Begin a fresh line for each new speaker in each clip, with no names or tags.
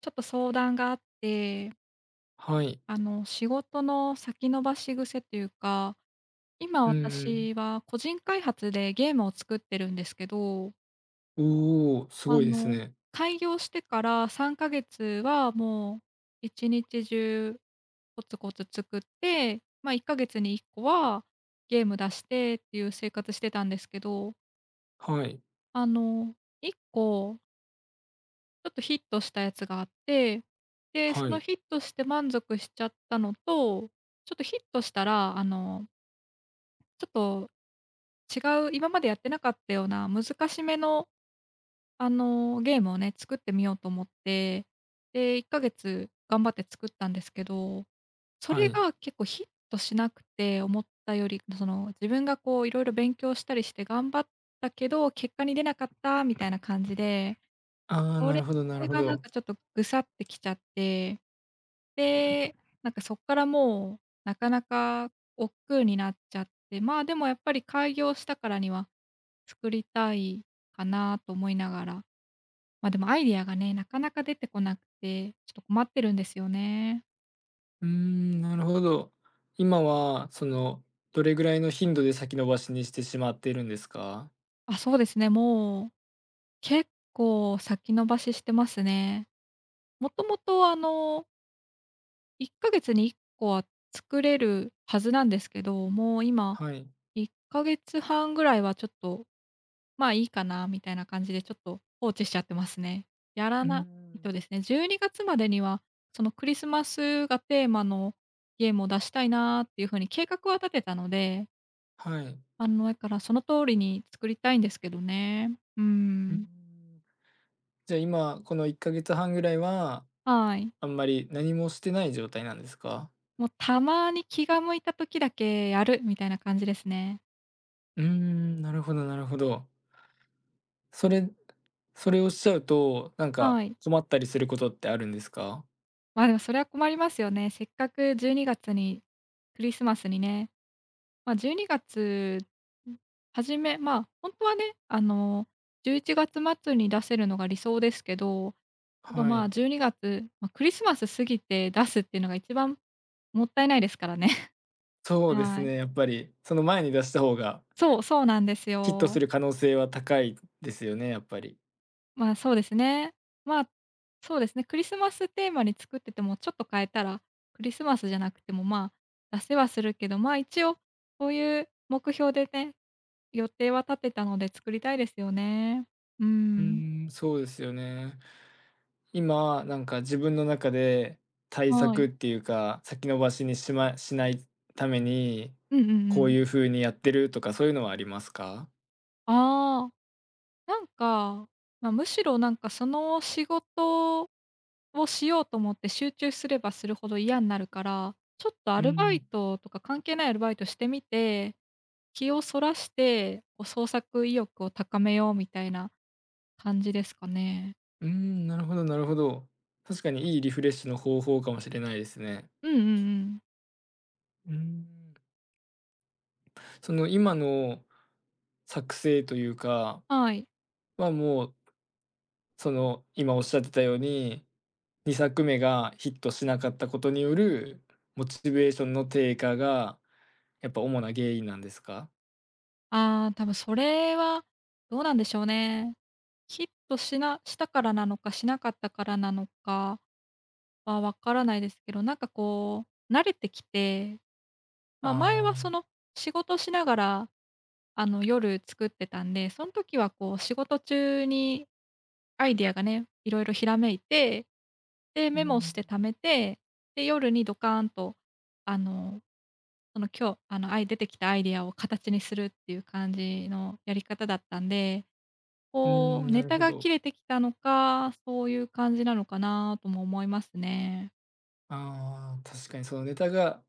ちょっと相談があって、
はい。
仕事の先延ばし癖というか、今
うんうん。
私は個人開発でゲームを作ってるんですけど、
おお、す
あ
ごいです
の、
ね。
開業してから3ヶ月はもう一日中コツコツ作って、まあ、1ヶ月に1個はゲーム出してっていう生活してたんですけど、
はい。
あの、1個ちょっとヒットしたやつがあって、で、そ
は
の
い。
ヒットして満足しちゃったのと、ちょっとヒットしたら、ちょっと違う、今までやってなかったような難しめの、ゲームをね、作ってみようと思って、で、1ヶ月頑張って作ったんですけど、そ
は
れ
い。
が結構ヒットしなくて、思ったより、その、自分がこういろいろ勉強したりして頑張ったけど、結果に出なかったみたいな感じで、
ああ、
そ
な
れ
るほどなるほ
がなん
ど。
かちょっとぐさってきちゃって、で、なんかそっからもう、なかなか億劫になっちゃって、まあ、でもやっぱり開業したからには作りたいかなと思いながら、でもアイディアがね、なかなか出てこなくて、ちょっと困ってるんですよね。
うーん、なるほど。今は、その、どれぐらいの頻度で先延ばしにしてしまっているんですか？
あ、そうですね、もう結構先延ばししてますね。もともと1ヶ月に1個は作れるはずなんですけど、もう今
はい。
1ヶ月半ぐらいはちょっとまあ、いいかなみたいな感じでちょっと放置しちゃってますね。やら
うー
ないと
ん。
ですね、12月までには、そのクリスマスがテーマのゲームを出したいなっていう風に計画は立てたので、
はい。
だからその通りに作りたいんですけどね。うー
うー
ん。
ん。じゃあ、今、この1ヶ月半ぐらいは、
はい。
あんまり何もしてない状態なんですか？
もうたまに気が向いた時だけやるみたいな感じですね。
うーん、なるほどなるほど。それそれをしちゃうと、なんか
はい。
困ったりすることってあるんですか？
まあ、でもそれは困りますよね。せっかく12月にがつにクリスマスにね、まあ、12月初め、本当はね、11月末に出せるのが理想ですけど、やっぱ、
は
まあ、
い。
12月、まあ、クリスマス過ぎて出すっていうのが一番もったいないですからね。
そうです
はい。
ね、やっぱり、その前に出した方が
そう、そうなんです
ヒット
よ。
する可能性は高いですよね、やっぱり。
まあ、そうですね。まあ、そうですね、クリスマステーマに作っててもちょっと変えたら、クリスマスじゃなくても、まあ、出せはするけど、まあ、一応そういう目標でね、予定は立てたので作りたいですよね。う
う
ん。
ーん、そうですよね。今、なんか自分の中で対
は
策
い。
っていうか、先延ばしにしないために、
うんうんう
こういう
ん。
風にやってるとかそういうのはありますか？
ああ、なんか、まあ、むしろなんかその仕事をしようと思って集中すればするほど嫌になるから、ちょっとア
う
ルバイ
ん、
トとか関係ないアルバイトしてみて、気をそらして、こう創作意欲を高めようみたいな感じですかね。
うん、なるほどなるほど。確かにいいリフレッシュの方法かもしれないですね。
うんうんうん。
うーん。その今の作成というか
はい。
は、もう、その今おっしゃってたように2作目がヒットしなかったことによるモチベーションの低下が、やっぱ主な原因なんですか？
ああ、多分それはどうなんでしょうね。ヒットしたからなのか、しなかったからなのかは、わからないですけど、なんかこう、慣れてきて、前は
あ
そ
あ、
の、仕事しながら、夜作ってたんで、その時はこう、仕事中にアイディアがね、いろいろひらめいて、で、
う
メモし
ん、
て貯めて、で、夜にドカーンと、あの、その、今日、出てきたアイディアを形にするっていう感じのやり方だったんで、
うー
こう、
ん、
ネ
なる
タ
ほ
が切
ど。
れてきたのか、そういう感じなのかなとも思いますね。
ああ、確かにそのネタが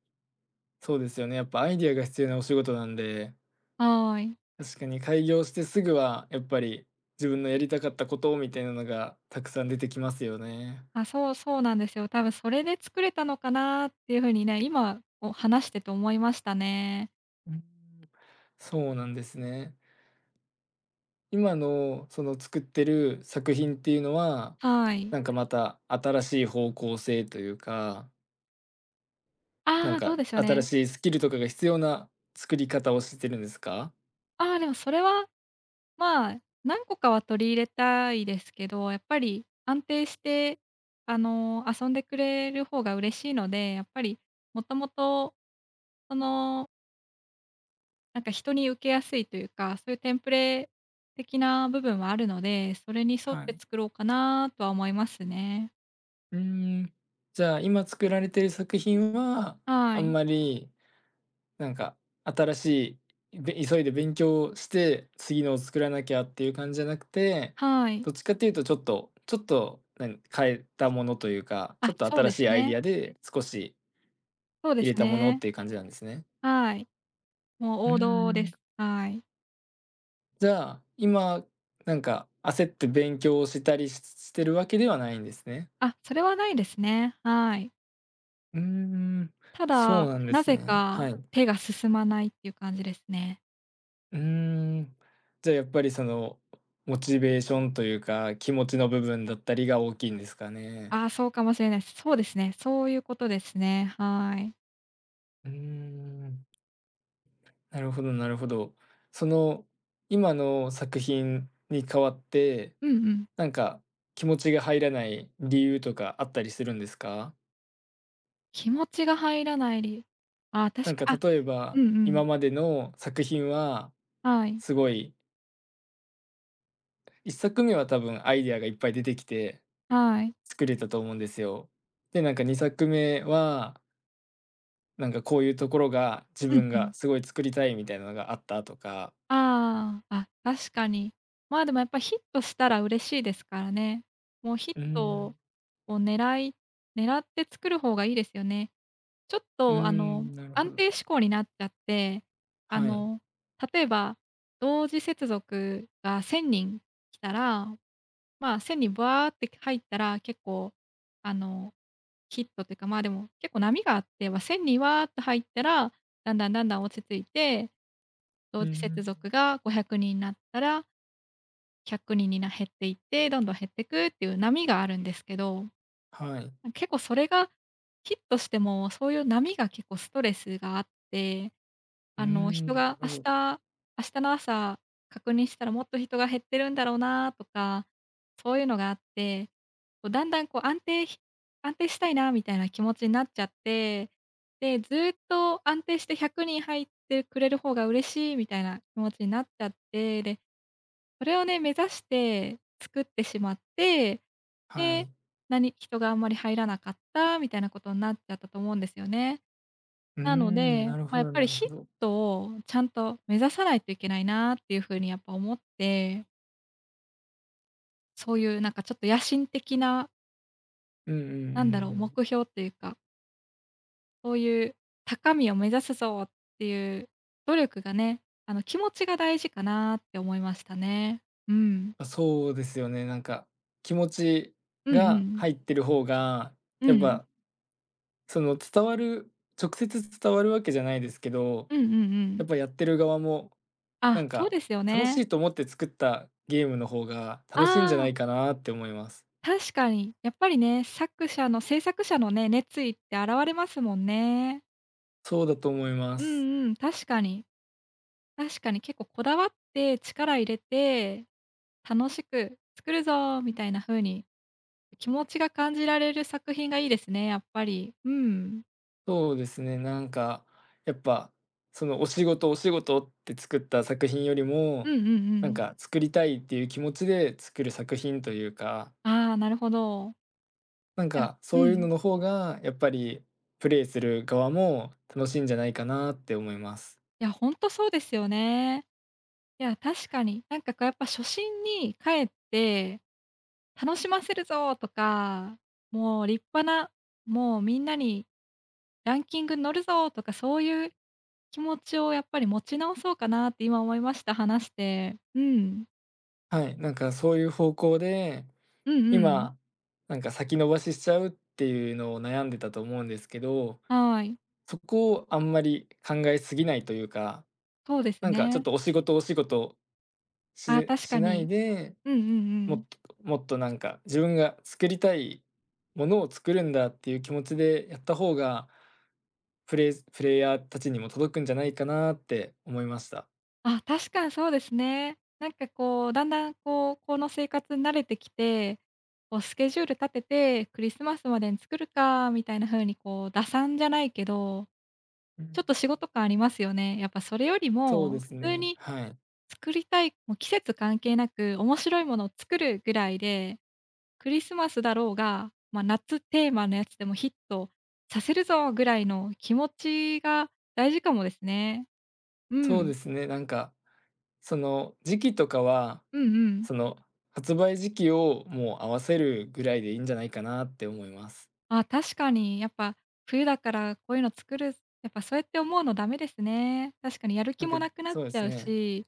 そうですよね、やっぱアイディアが必要なお仕事なんで、
はーい。
確かに開業してすぐはやっぱり自分のやりたかったことみたいなのがたくさん出てきますよね。
あ、そうそうなんですよ。多分それで作れたのかなっていうふうにね、今こう話してて思いましたね。
うん、そうなんですね。今のその作ってる作品っていうのは、
はい。
なんかまた新しい方向性というか、な
あ
ん
あ、どう
か
でしょう
新
ね。
しいスキルとかが必要な作り方をしてるんですか？
ああ、でもそれは、まあ、何個かは取り入れたいですけど、やっぱり安定して、遊んでくれる方が嬉しいので、やっぱりもともと、その、なんか人に受けやすいというか、そういうテンプレ的な部分はあるので、それに沿っ
は
て
い。
作ろうかなとは思いますね。
うーん。じゃあ、今作られてる作品は、
は
あん
い。
まりなんか新しい、急いで勉強して次のを作らなきゃっていう感じじゃなくて、
はい。
どっちかっていうとちょっと、何変えたものというか、ち
あ、
ょっと
そう
新
で
し
す
いアイデ
ね。
ィアで少し
そうで
入れ
す
たものっ
ね。
ていう感じなんですね。
はい。も
う
う
ー
王道で
ん。
す。はい。
じゃあ、今、なんか焦って勉強をしたりしてるわけではないんですね。
あ、それはないですね。はい。
うーん、
た
そ
だ、
うなんで
な
す
ぜ
ね。
か
はい。う
手が進まないっていう感じですね。
ーん。じゃあやっぱりその、モチベーションというか、気持ちの部分だったりが大きいんですかね。
ああ、そうかもしれないです。そうですね、そういうことですね。はい。
うーん、なるほどなるほど。その、今の作品に代わって、
うんうん。
なんか気持ちが入らない理由とかあったりするんですか？
気持ちが入らないりああ、確
なん
か
か
あ、
例え
うん
ば、
うん。
今までの作品は、
はい、
すごい、1作目は多分アイデアがいっぱい出てきて
はい。
作れたと思うんですよ。で、なんか2作目は、なんかこういうところが自
うん
分
うん。
がすごい作りたいみたいなのがあったとか。
ああ、あ、確かに。まあ、でもやっぱヒットしたら嬉しいですからね。もうヒッ
うー
ト
ん、
を狙って作る方がいいですよね。ちょっ
うー
と
ん、なるほ
安
ど。
定志向になっちゃって、あ
はい。
の、例えば同時接続が1000人来たら、まあ、1000人バーって入ったら結構、あの、ヒットっていうか、まあ、でも結構波があって、1000人わーっと入ったら、だんだんだんだん落ち着いて同
うん
時接
ん。
続が500人になったら、100人に減っていって、どんどん減ってくっていう波があるんですけど。
はい。
結構それがヒットしても、そういう波が結構ストレスがあって、
うーん、
人
なる
が
ほ
明
ど。
日明日の朝確認したらもっと人が減ってるんだろうなとか、そういうのがあって、こうだんだんこう安定したいなみたいな気持ちになっちゃって、で、ずっと安定して100人入ってくれる方が嬉しいみたいな気持ちになっちゃって、で、それをね、目指して作ってしまって、
は
で、
い。
何人があんまり入らなかったみたいなことになっちゃったと思うんですよね。
うー
なの
ん、
で、
なるほ
やっ
ど
ぱり
なる
ヒ
ほ
ッ
ど。
トをちゃんと目指さないといけないなっていう風にやっぱ思って、そういうなんかちょっと野心的な、
うんうんうんう
なんだろう、目
ん。
標っていうか、そういう高みを目指すぞっていう努力がね、気持ちが大事かなって思いましたね。うん。
あ、そうですよね。なんか、気持ち
うんう
が
ん。
入ってる方が、
う
やっ
ん。
ぱ、その、伝わる直接伝わるわけじゃないですけど、
うんうんう
やっ
ん。
ぱやってる側も、な
あ、
ん
そう
か、
ですよ
楽し
ね。
いと思って作ったゲームの方が
あ
楽しいんじゃな
あ、
いかなって思います。
確かに。やっぱりね、作者の制作者のね、熱意って現れますもんね。
そうだと思いま
う
す。
んうん、確かに。確かに結構こだわって力入れて、楽しく作るぞみたいな風に気持ちが感じられる作品がいいですね、やっぱり。うん。
そうですね、なんか、やっぱ、その、お仕事お仕事って作った作品より
う
も、
んうんう
なん
ん。
か、作りたいっていう気持ちで作る作品というか
ああ、なるほど。
なん
いや、
か、
う
そういうの
ん。
の方が、やっぱりプレイする側も楽しいんじゃないかなって思います。
いや、ほんとそうですよね。いや、確かに。なんかこうやっぱ初心に帰って楽しませるぞとか、もう立派な、もうみんなにランキング乗るぞとか、そういう気持ちをやっぱり持ち直そうかなって今思いました、話して。うん。
はい、なんかそういう方向で、
うんうん。
今、なんか先延ばししちゃうっていうのを悩んでたと思うんですけど、
はい。
そこをあんまり考えすぎないというか、
そうです
なんかちょっ
ね。
とお仕事お仕事
あ、
し
確か
しない
に。
で、
うんうんう
もっ
ん。
ともっとなんか自分が作りたいものを作るんだっていう気持ちでやった方がプレイヤーたちにも届くんじゃないかなって思いました。
あ、確かにそうですね。なんかこう、だんだんこう、この生活に慣れてきて、こうスケジュール立てて、クリスマスまでに作るかみたいな風にこう、打算じゃないけど
う
ち
ん。
ょっと仕事感ありますよね。やっぱそれより
そうで
も、普
す
通
ね、
に
はい。
作りたい、もう季節関係なく、面白いものを作るぐらいで、クリスマスだろうが、まあ、夏テーマのやつでもヒットさせるぞぐらいの気持ちが大事かもですね。う
そうで
ん。
すね、なんか、その、時期とかは、
うんうん。
その、発売時期をもう合わせるぐらいでいいんじゃないかなって思います。
あ、確かにやっぱ冬だからこういうの作る、やっぱそうやって思うのダメですね。確かにやる
な
気
んか、
もなくなっ
そうで
ちゃ
す
う
ね。
し、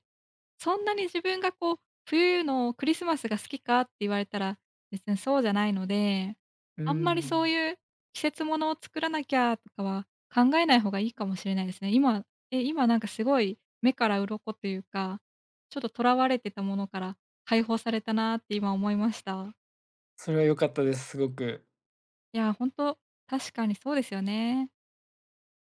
そんなに自分がこう、冬のクリスマスが好きかって言われたら、別にそうじゃないので、
うー
あんまりそう
ん、
いう季節ものを作らなきゃとかは考えない方がいいかもしれないですね。今なんかすごい目から鱗というか、ちょっと囚われてたものから解放されたなって今思いました。
それは良かったです、すごく。
いや、ほんと、確かにそうですよね。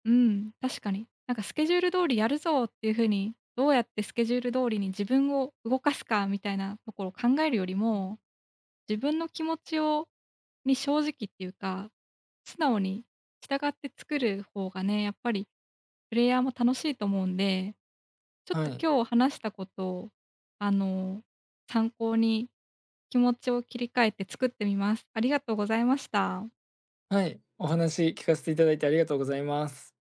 うん、確かに。なんかスケジュール通りやるぞっていう風に、どうやってスケジュール通りに自分を動かすかみたいなところを考えるよりも、自分の気持ちに正直っていうか、素直に従って作る方がね、やっぱりプレイヤーも楽しいと思うんで、ちょ
は
っと
い。
今日話したことを、あの、参考に気持ちを切り替えて作ってみます。ありがとうございました。
はい、お話聞かせていただいてありがとうございます。